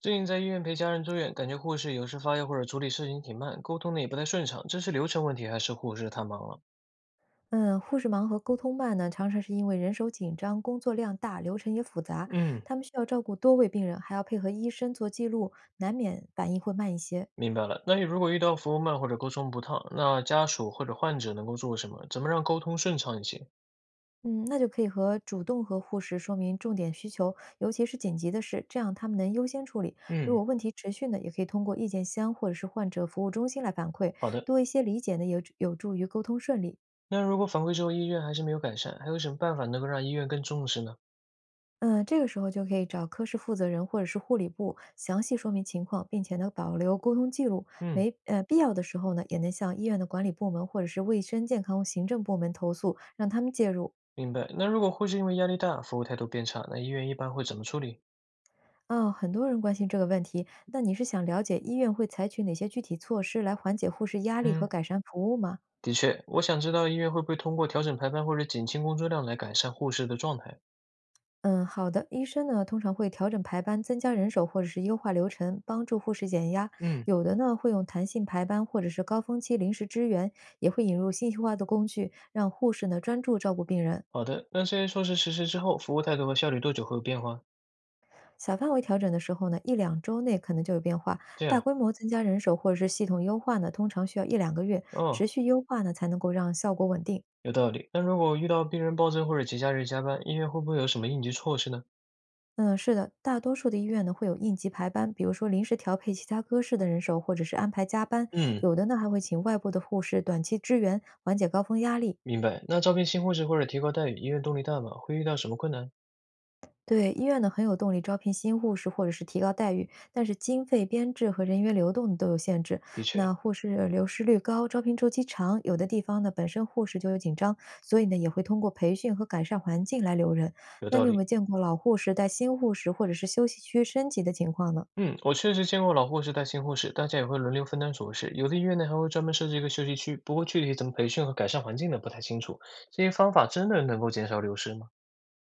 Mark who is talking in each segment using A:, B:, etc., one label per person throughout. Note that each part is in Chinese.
A: 最近在医院陪家人住院，感觉护士有时发药或者处理事情挺慢，沟通的也不太顺畅，这是流程问题还是护士太忙了？
B: 嗯，护士忙和沟通慢呢，常常是因为人手紧张、工作量大、流程也复杂，
A: 嗯，
B: 他们需要照顾多位病人，还要配合医生做记录，难免反应会慢一些。
A: 明白了。那如果遇到服务慢或者沟通不畅，那家属或者患者能够做什么？怎么让沟通顺畅一些？
B: 嗯，那就可以主动和护士说明重点需求，尤其是紧急的事，这样他们能优先处理。如
A: 嗯，
B: 果问题持续呢，也可以通过意见箱或者是患者服务中心来反馈，
A: 好的。
B: 多一些理解呢，也有助于沟通顺利。
A: 那如果反馈之后医院还是没有改善，还有什么办法能够让医院更重视呢？
B: 嗯，这个时候就可以找科室负责人或者是护理部详细说明情况，并且呢保留沟通记录，
A: 嗯，
B: 没必要的时候呢，也能向医院的管理部门或者是卫生健康行政部门投诉，让他们介入。
A: 明白。那如果护士因为压力大，服务态度变差，那医院一般会怎么处理？
B: 很多人关心这个问题，那你是想了解医院会采取哪些具体措施来缓解护士压力和
A: 嗯，
B: 改善服务吗？
A: 的确，我想知道医院会不会通过调整排班或者减轻工作量来改善护士的状态。
B: 嗯，好的。医生呢，通常会调整排班，增加人手或者是优化流程，帮助护士减压。
A: 嗯。
B: 有的呢，会用弹性排班或者是高峰期临时支援，也会引入信息化的工具，让护士呢专注照顾病人。
A: 好的，那这些措施实施之后，服务态度和效率多久会有变化？
B: 小范围调整的时候呢，一两周内可能就有变化；
A: 这
B: 大
A: 样，
B: 规模增加人手或者是系统优化呢，通常需要一两个月，持
A: 哦，
B: 续优化呢才能够让效果稳定。
A: 有道理。那如果遇到病人暴增或者节假日加班，医院会不会有什么应急措施呢？
B: 嗯，是的，大多数的医院呢会有应急排班，比如说临时调配其他科室的人手，或者是安排加班，
A: 嗯，
B: 有的呢还会请外部的护士短期支援，缓解高峰压力。
A: 明白。那招聘新护士或者提高待遇，医院动力大吗？会遇到什么困难？
B: 对，医院呢很有动力招聘新护士或者是提高待遇，但是经费编制和人员流动都有限制。
A: 的确，
B: 那护士流失率高，招聘周期长，有的地方呢本身护士就有紧张，所以呢也会通过培训和改善环境来留人。
A: 有
B: 那
A: 道
B: 你有没
A: 理。
B: 有见过老护士带新护士或者是休息区升级的情况呢？
A: 嗯，我确实见过老护士带新护士，大家也会轮流分担琐事。有的医院呢还会专门设置一个休息区，不过具体怎么培训和改善环境的不太清楚。这些方法真的能够减少流失吗？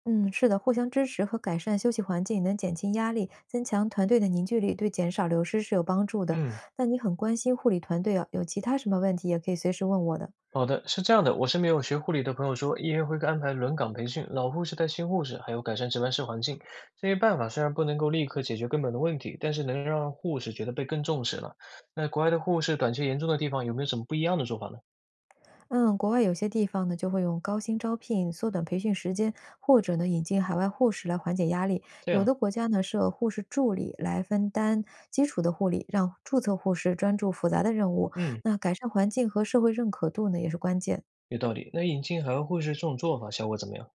B: 嗯，是的，互相支持和改善休息环境能减轻压力，增强团队的凝聚力，对减少流失是有帮助的。
A: 嗯。
B: 那你很关心护理团队啊，有其他什么问题也可以随时问我的。
A: 好的，是这样的，我身边有学护理的朋友说，医院会安排轮岗培训，老护士带新护士，还有改善值班室环境。这些办法虽然不能够立刻解决根本的问题，但是能让护士觉得被更重视了。那国外的护士短缺严重的地方，有没有什么不一样的做法呢？
B: 嗯，国外有些地方呢就会用高薪招聘、缩短培训时间，或者呢引进海外护士来缓解压力。
A: 这
B: 有
A: 样，
B: 的国家呢设护士助理来分担基础的护理，让注册护士专注复杂的任务。
A: 嗯，
B: 那改善环境和社会认可度呢也是关键。
A: 有道理。那引进海外护士这种做法效果怎么样？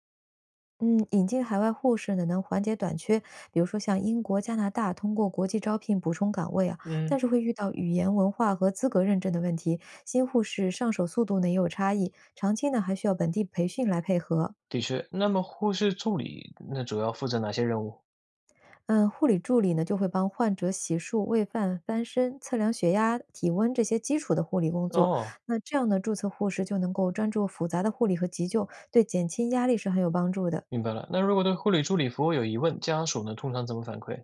B: 嗯，引进海外护士呢，能缓解短缺。比如说，像英国、加拿大通过国际招聘补充岗位啊，
A: 嗯，
B: 但是会遇到语言、文化和资格认证的问题。新护士上手速度呢也有差异，长期呢还需要本地培训来配合。
A: 的确。那么护士助理那主要负责哪些任务？
B: 嗯，护理助理呢就会帮患者洗漱、喂饭、翻身、测量血压、体温这些基础的护理工作。
A: 哦，
B: 那这样呢，注册护士就能够专注复杂的护理和急救，对减轻压力是很有帮助的。
A: 明白了。那如果对护理助理服务有疑问，家属呢通常怎么反馈？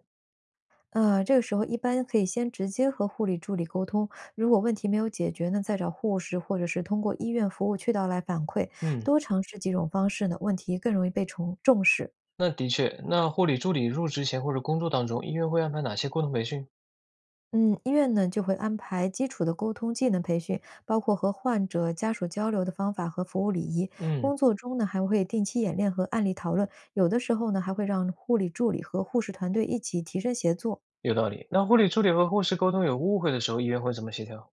B: 这个时候一般可以先直接和护理助理沟通，如果问题没有解决呢，再找护士或者是通过医院服务渠道来反馈。
A: 嗯。
B: 多尝试几种方式呢，问题更容易被重视。
A: 那的确，那护理助理入职前或者工作当中，医院会安排哪些沟通培训？
B: 嗯，医院呢就会安排基础的沟通技能培训，包括和患者家属交流的方法和服务礼仪。
A: 嗯，
B: 工作中呢还会定期演练和案例讨论，有的时候呢还会让护理助理和护士团队一起提升协作。
A: 有道理。那护理助理和护士沟通有误会的时候，医院会怎么协调？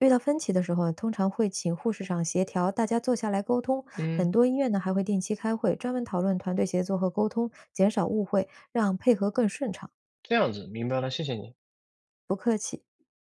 B: 遇到分歧的时候，通常会请护士长协调，大家坐下来沟通。
A: 嗯，
B: 很多医院呢还会定期开会，专门讨论团队协作和沟通，减少误会，让配合更顺畅。
A: 这样子，明白了，谢谢你。
B: 不客气。